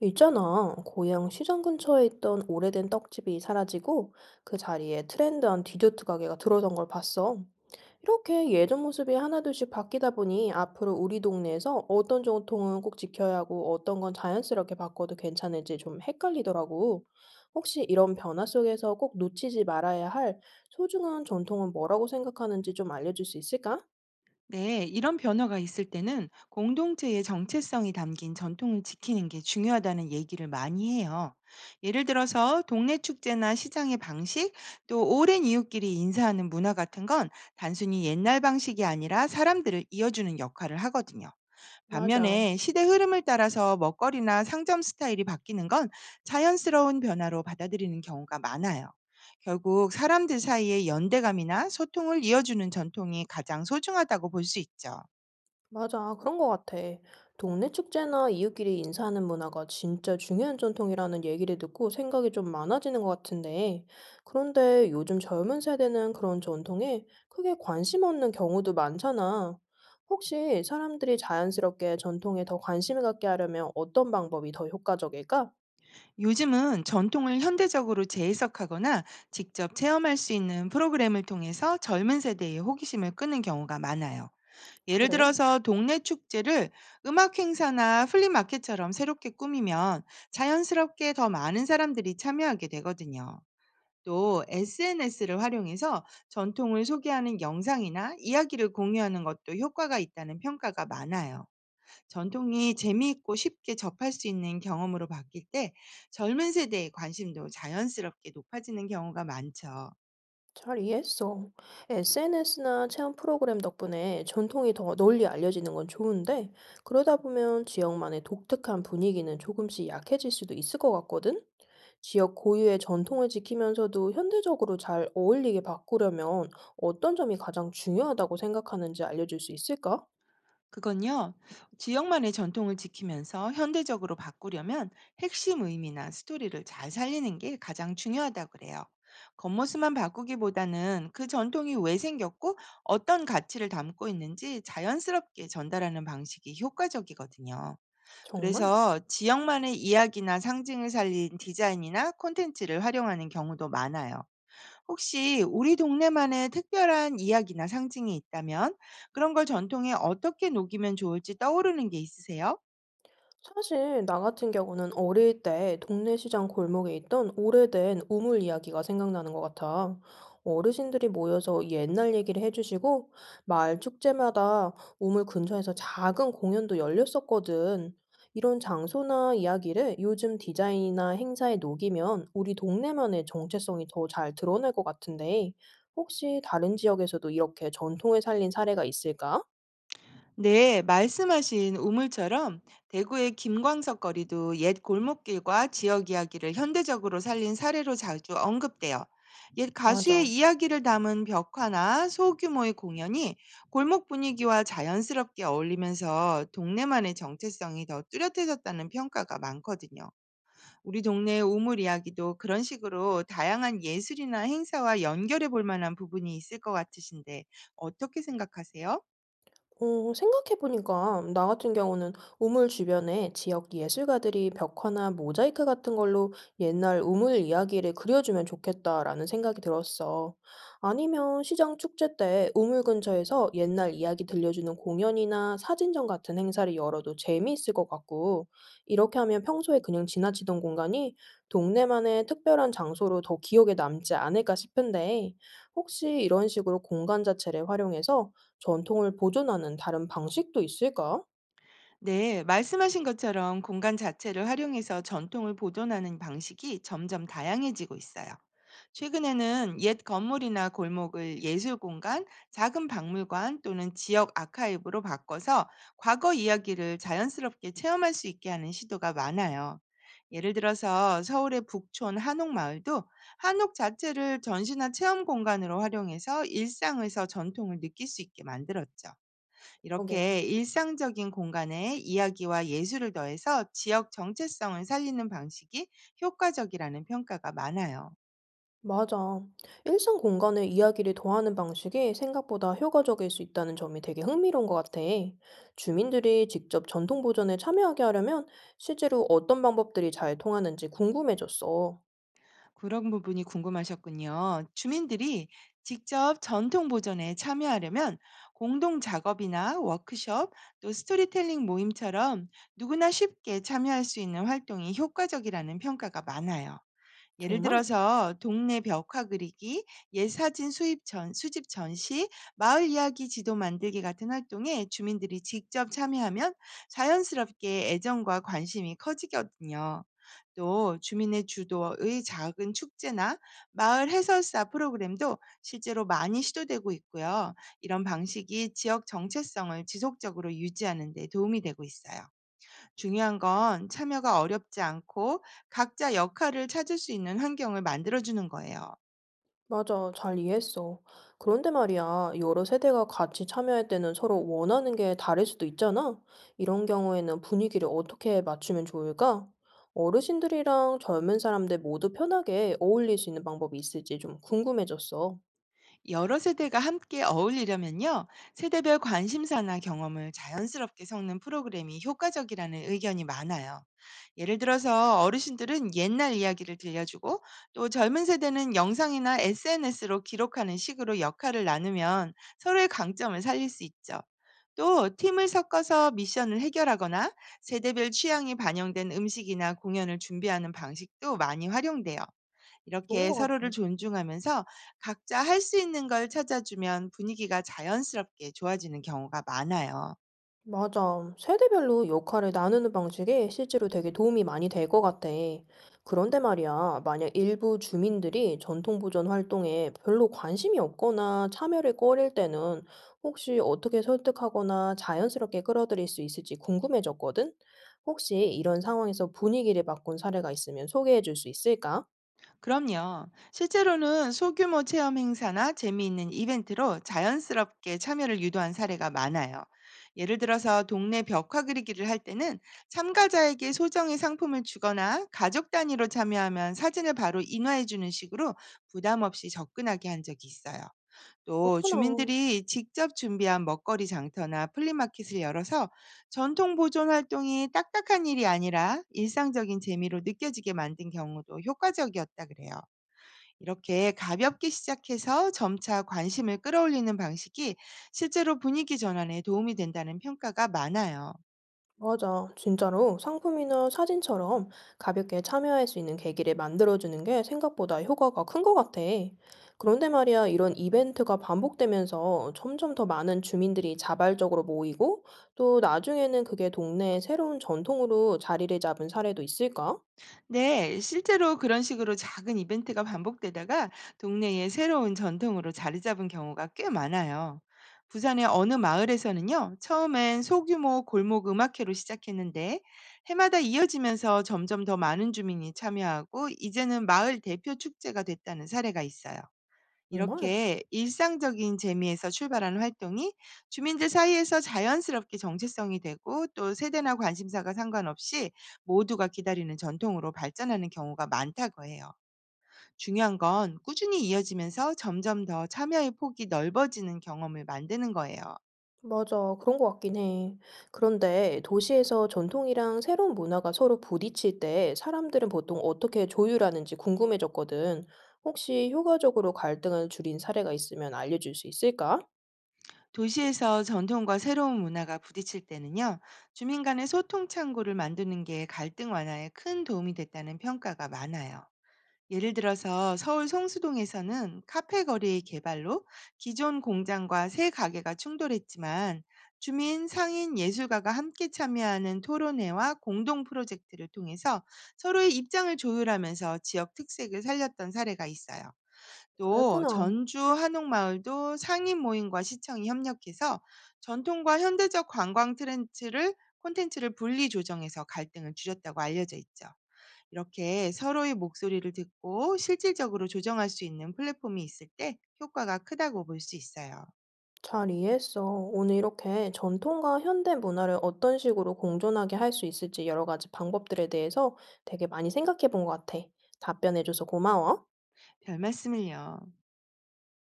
있잖아. 고향 시장 근처에 있던 오래된 떡집이 사라지고 그 자리에 트렌드한 디저트 가게가 들어선 걸 봤어. 이렇게 예전 모습이 하나둘씩 바뀌다 보니 앞으로 우리 동네에서 어떤 전통은 꼭 지켜야 하고 어떤 건 자연스럽게 바꿔도 괜찮을지 좀 헷갈리더라고. 혹시 이런 변화 속에서 꼭 놓치지 말아야 할 소중한 전통은 뭐라고 생각하는지 좀 알려줄 수 있을까? 네, 이런 변화가 있을 때는 공동체의 정체성이 담긴 전통을 지키는 게 중요하다는 얘기를 많이 해요. 예를 들어서 동네 축제나 시장의 방식, 또 오랜 이웃끼리 인사하는 문화 같은 건 단순히 옛날 방식이 아니라 사람들을 이어주는 역할을 하거든요. 맞아. 반면에 시대 흐름을 따라서 먹거리나 상점 스타일이 바뀌는 건 자연스러운 변화로 받아들이는 경우가 많아요. 결국 사람들 사이의 연대감이나 소통을 이어주는 전통이 가장 소중하다고 볼 수 있죠. 맞아, 아, 그런 것 같아. 동네 축제나 이웃끼리 인사하는 문화가 진짜 중요한 전통이라는 얘기를 듣고 생각이 좀 많아지는 것 같은데, 그런데 요즘 젊은 세대는 그런 전통에 크게 관심 없는 경우도 많잖아. 혹시 사람들이 자연스럽게 전통에 더 관심을 갖게 하려면 어떤 방법이 더 효과적일까? 요즘은 전통을 현대적으로 재해석하거나 직접 체험할 수 있는 프로그램을 통해서 젊은 세대의 호기심을 끄는 경우가 많아요. 예를 그래? 들어서 동네 축제를 음악 행사나 플리마켓처럼 새롭게 꾸미면 자연스럽게 더 많은 사람들이 참여하게 되거든요. 또 SNS를 활용해서 전통을 소개하는 영상이나 이야기를 공유하는 것도 효과가 있다는 평가가 많아요. 전통이 재미있고 쉽게 접할 수 있는 경험으로 바뀔 때 젊은 세대의 관심도 자연스럽게 높아지는 경우가 많죠. 잘 이해했어. SNS나 체험 프로그램 덕분에 전통이 더 널리 알려지는 건 좋은데, 그러다 보면 지역만의 독특한 분위기는 조금씩 약해질 수도 있을 것 같거든? 지역 고유의 전통을 지키면서도 현대적으로 잘 어울리게 바꾸려면 어떤 점이 가장 중요하다고 생각하는지 알려줄 수 있을까? 그건요, 지역만의 전통을 지키면서 현대적으로 바꾸려면 핵심 의미나 스토리를 잘 살리는 게 가장 중요하다고 그래요. 겉모습만 바꾸기보다는 그 전통이 왜 생겼고 어떤 가치를 담고 있는지 자연스럽게 전달하는 방식이 효과적이거든요. 정말? 그래서 지역만의 이야기나 상징을 살린 디자인이나 콘텐츠를 활용하는 경우도 많아요. 혹시 우리 동네만의 특별한 이야기나 상징이 있다면 그런 걸 전통에 어떻게 녹이면 좋을지 떠오르는 게 있으세요? 사실 나 같은 경우는 어릴 때 동네 시장 골목에 있던 오래된 우물 이야기가 생각나는 것 같아. 어르신들이 모여서 옛날 얘기를 해주시고 마을 축제마다 우물 근처에서 작은 공연도 열렸었거든. 이런 장소나 이야기를 요즘 디자인이나 행사에 녹이면 우리 동네만의 정체성이 더 잘 드러날 것 같은데 혹시 다른 지역에서도 이렇게 전통을 살린 사례가 있을까? 네, 말씀하신 우물처럼 대구의 김광석 거리도 옛 골목길과 지역 이야기를 현대적으로 살린 사례로 자주 언급돼요. 옛 맞아. 가수의 이야기를 담은 벽화나 소규모의 공연이 골목 분위기와 자연스럽게 어울리면서 동네만의 정체성이 더 뚜렷해졌다는 평가가 많거든요. 우리 동네 우물 이야기도 그런 식으로 다양한 예술이나 행사와 연결해 볼 만한 부분이 있을 것 같으신데 어떻게 생각하세요? 생각해 보니까 나 같은 경우는 우물 주변에 지역 예술가들이 벽화나 모자이크 같은 걸로 옛날 우물 이야기를 그려주면 좋겠다라는 생각이 들었어. 아니면 시장 축제 때 우물 근처에서 옛날 이야기 들려주는 공연이나 사진전 같은 행사를 열어도 재미있을 것 같고, 이렇게 하면 평소에 그냥 지나치던 공간이 동네만의 특별한 장소로 더 기억에 남지 않을까 싶은데, 혹시 이런 식으로 공간 자체를 활용해서 전통을 보존하는 다른 방식도 있을까? 네, 말씀하신 것처럼 공간 자체를 활용해서 전통을 보존하는 방식이 점점 다양해지고 있어요. 최근에는 옛 건물이나 골목을 예술 공간, 작은 박물관 또는 지역 아카이브로 바꿔서 과거 이야기를 자연스럽게 체험할 수 있게 하는 시도가 많아요. 예를 들어서 서울의 북촌 한옥 마을도 한옥 자체를 전시나 체험 공간으로 활용해서 일상에서 전통을 느낄 수 있게 만들었죠. 그러게. 이렇게 일상적인 공간에 이야기와 예술을 더해서 지역 정체성을 살리는 방식이 효과적이라는 평가가 많아요. 맞아. 일상 공간에 이야기를 더하는 방식이 생각보다 효과적일 수 있다는 점이 되게 흥미로운 것 같아. 주민들이 직접 전통 보존에 참여하게 하려면 실제로 어떤 방법들이 잘 통하는지 궁금해졌어. 그런 부분이 궁금하셨군요. 주민들이 직접 전통 보존에 참여하려면 공동 작업이나 워크숍, 또 스토리텔링 모임처럼 누구나 쉽게 참여할 수 있는 활동이 효과적이라는 평가가 많아요. 예를 정말? 들어서 동네 벽화 그리기, 예사진 수입 전, 수집 전시, 마을 이야기 지도 만들기 같은 활동에 주민들이 직접 참여하면 자연스럽게 애정과 관심이 커지거든요. 또 주민의 주도의 작은 축제나 마을 해설사 프로그램도 실제로 많이 시도되고 있고요. 이런 방식이 지역 정체성을 지속적으로 유지하는 데 도움이 되고 있어요. 중요한 건 참여가 어렵지 않고 각자 역할을 찾을 수 있는 환경을 만들어 주는 거예요. 맞아, 잘 이해했어. 그런데 말이야, 여러 세대가 같이 참여할 때는 서로 원하는 게 다를 수도 있잖아? 이런 경우에는 분위기를 어떻게 맞추면 좋을까? 어르신들이랑 젊은 사람들 모두 편하게 어울릴 수 있는 방법이 있을지 좀 궁금해졌어. 여러 세대가 함께 어울리려면요, 세대별 관심사나 경험을 자연스럽게 섞는 프로그램이 효과적이라는 의견이 많아요. 예를 들어서 어르신들은 옛날 이야기를 들려주고 또 젊은 세대는 영상이나 SNS로 기록하는 식으로 역할을 나누면 서로의 강점을 살릴 수 있죠. 또 팀을 섞어서 미션을 해결하거나 세대별 취향이 반영된 음식이나 공연을 준비하는 방식도 많이 활용돼요. 좋은 이렇게 것 같아. 서로를 존중하면서 각자 할 수 있는 걸 찾아주면 분위기가 자연스럽게 좋아지는 경우가 많아요. 맞아. 세대별로 역할을 나누는 방식이 실제로 되게 도움이 많이 될 것 같아. 그런데 말이야, 만약 일부 주민들이 전통보존 활동에 별로 관심이 없거나 참여를 꺼릴 때는 혹시 어떻게 설득하거나 자연스럽게 끌어들일 수 있을지 궁금해졌거든? 혹시 이런 상황에서 분위기를 바꾼 사례가 있으면 소개해 줄 수 있을까? 그럼요. 실제로는 소규모 체험 행사나 재미있는 이벤트로 자연스럽게 참여를 유도한 사례가 많아요. 예를 들어서 동네 벽화 그리기를 할 때는 참가자에게 소정의 상품을 주거나 가족 단위로 참여하면 사진을 바로 인화해주는 식으로 부담 없이 접근하게 한 적이 있어요. 또 그렇구나. 주민들이 직접 준비한 먹거리 장터나 플리마켓을 열어서 전통 보존 활동이 딱딱한 일이 아니라 일상적인 재미로 느껴지게 만든 경우도 효과적이었다 그래요. 이렇게 가볍게 시작해서 점차 관심을 끌어올리는 방식이 실제로 분위기 전환에 도움이 된다는 평가가 많아요. 맞아. 진짜로 상품이나 사진처럼 가볍게 참여할 수 있는 계기를 만들어주는 게 생각보다 효과가 큰 것 같아. 그런데 말이야, 이런 이벤트가 반복되면서 점점 더 많은 주민들이 자발적으로 모이고, 또 나중에는 그게 동네의 새로운 전통으로 자리를 잡은 사례도 있을까? 네, 실제로 그런 식으로 작은 이벤트가 반복되다가 동네의 새로운 전통으로 자리 잡은 경우가 꽤 많아요. 부산의 어느 마을에서는요, 처음엔 소규모 골목 음악회로 시작했는데, 해마다 이어지면서 점점 더 많은 주민이 참여하고, 이제는 마을 대표 축제가 됐다는 사례가 있어요. 정말? 이렇게 일상적인 재미에서 출발하는 활동이 주민들 사이에서 자연스럽게 정체성이 되고 또 세대나 관심사가 상관없이 모두가 기다리는 전통으로 발전하는 경우가 많다고 해요. 중요한 건 꾸준히 이어지면서 점점 더 참여의 폭이 넓어지는 경험을 만드는 거예요. 맞아. 그런 것 같긴 해. 그런데 도시에서 전통이랑 새로운 문화가 서로 부딪힐 때 사람들은 보통 어떻게 조율하는지 궁금해졌거든. 혹시 효과적으로 갈등을 줄인 사례가 있으면 알려줄 수 있을까? 도시에서 전통과 새로운 문화가 부딪힐 때는요, 주민 간의 소통 창구를 만드는 게 갈등 완화에 큰 도움이 됐다는 평가가 많아요. 예를 들어서 서울 성수동에서는 카페 거리 개발로 기존 공장과 새 가게가 충돌했지만 주민, 상인, 예술가가 함께 참여하는 토론회와 공동 프로젝트를 통해서 서로의 입장을 조율하면서 지역 특색을 살렸던 사례가 있어요. 또 그랬구나. 전주 한옥마을도 상인 모임과 시청이 협력해서 전통과 현대적 관광 트렌드를 콘텐츠를 분리 조정해서 갈등을 줄였다고 알려져 있죠. 이렇게 서로의 목소리를 듣고 실질적으로 조정할 수 있는 플랫폼이 있을 때 효과가 크다고 볼 수 있어요. 잘 이해했어. 오늘 이렇게 전통과 현대 문화를 어떤 식으로 공존하게 할 수 있을지 여러 가지 방법들에 대해서 되게 많이 생각해 본 것 같아. 답변해줘서 고마워. 별 말씀을요.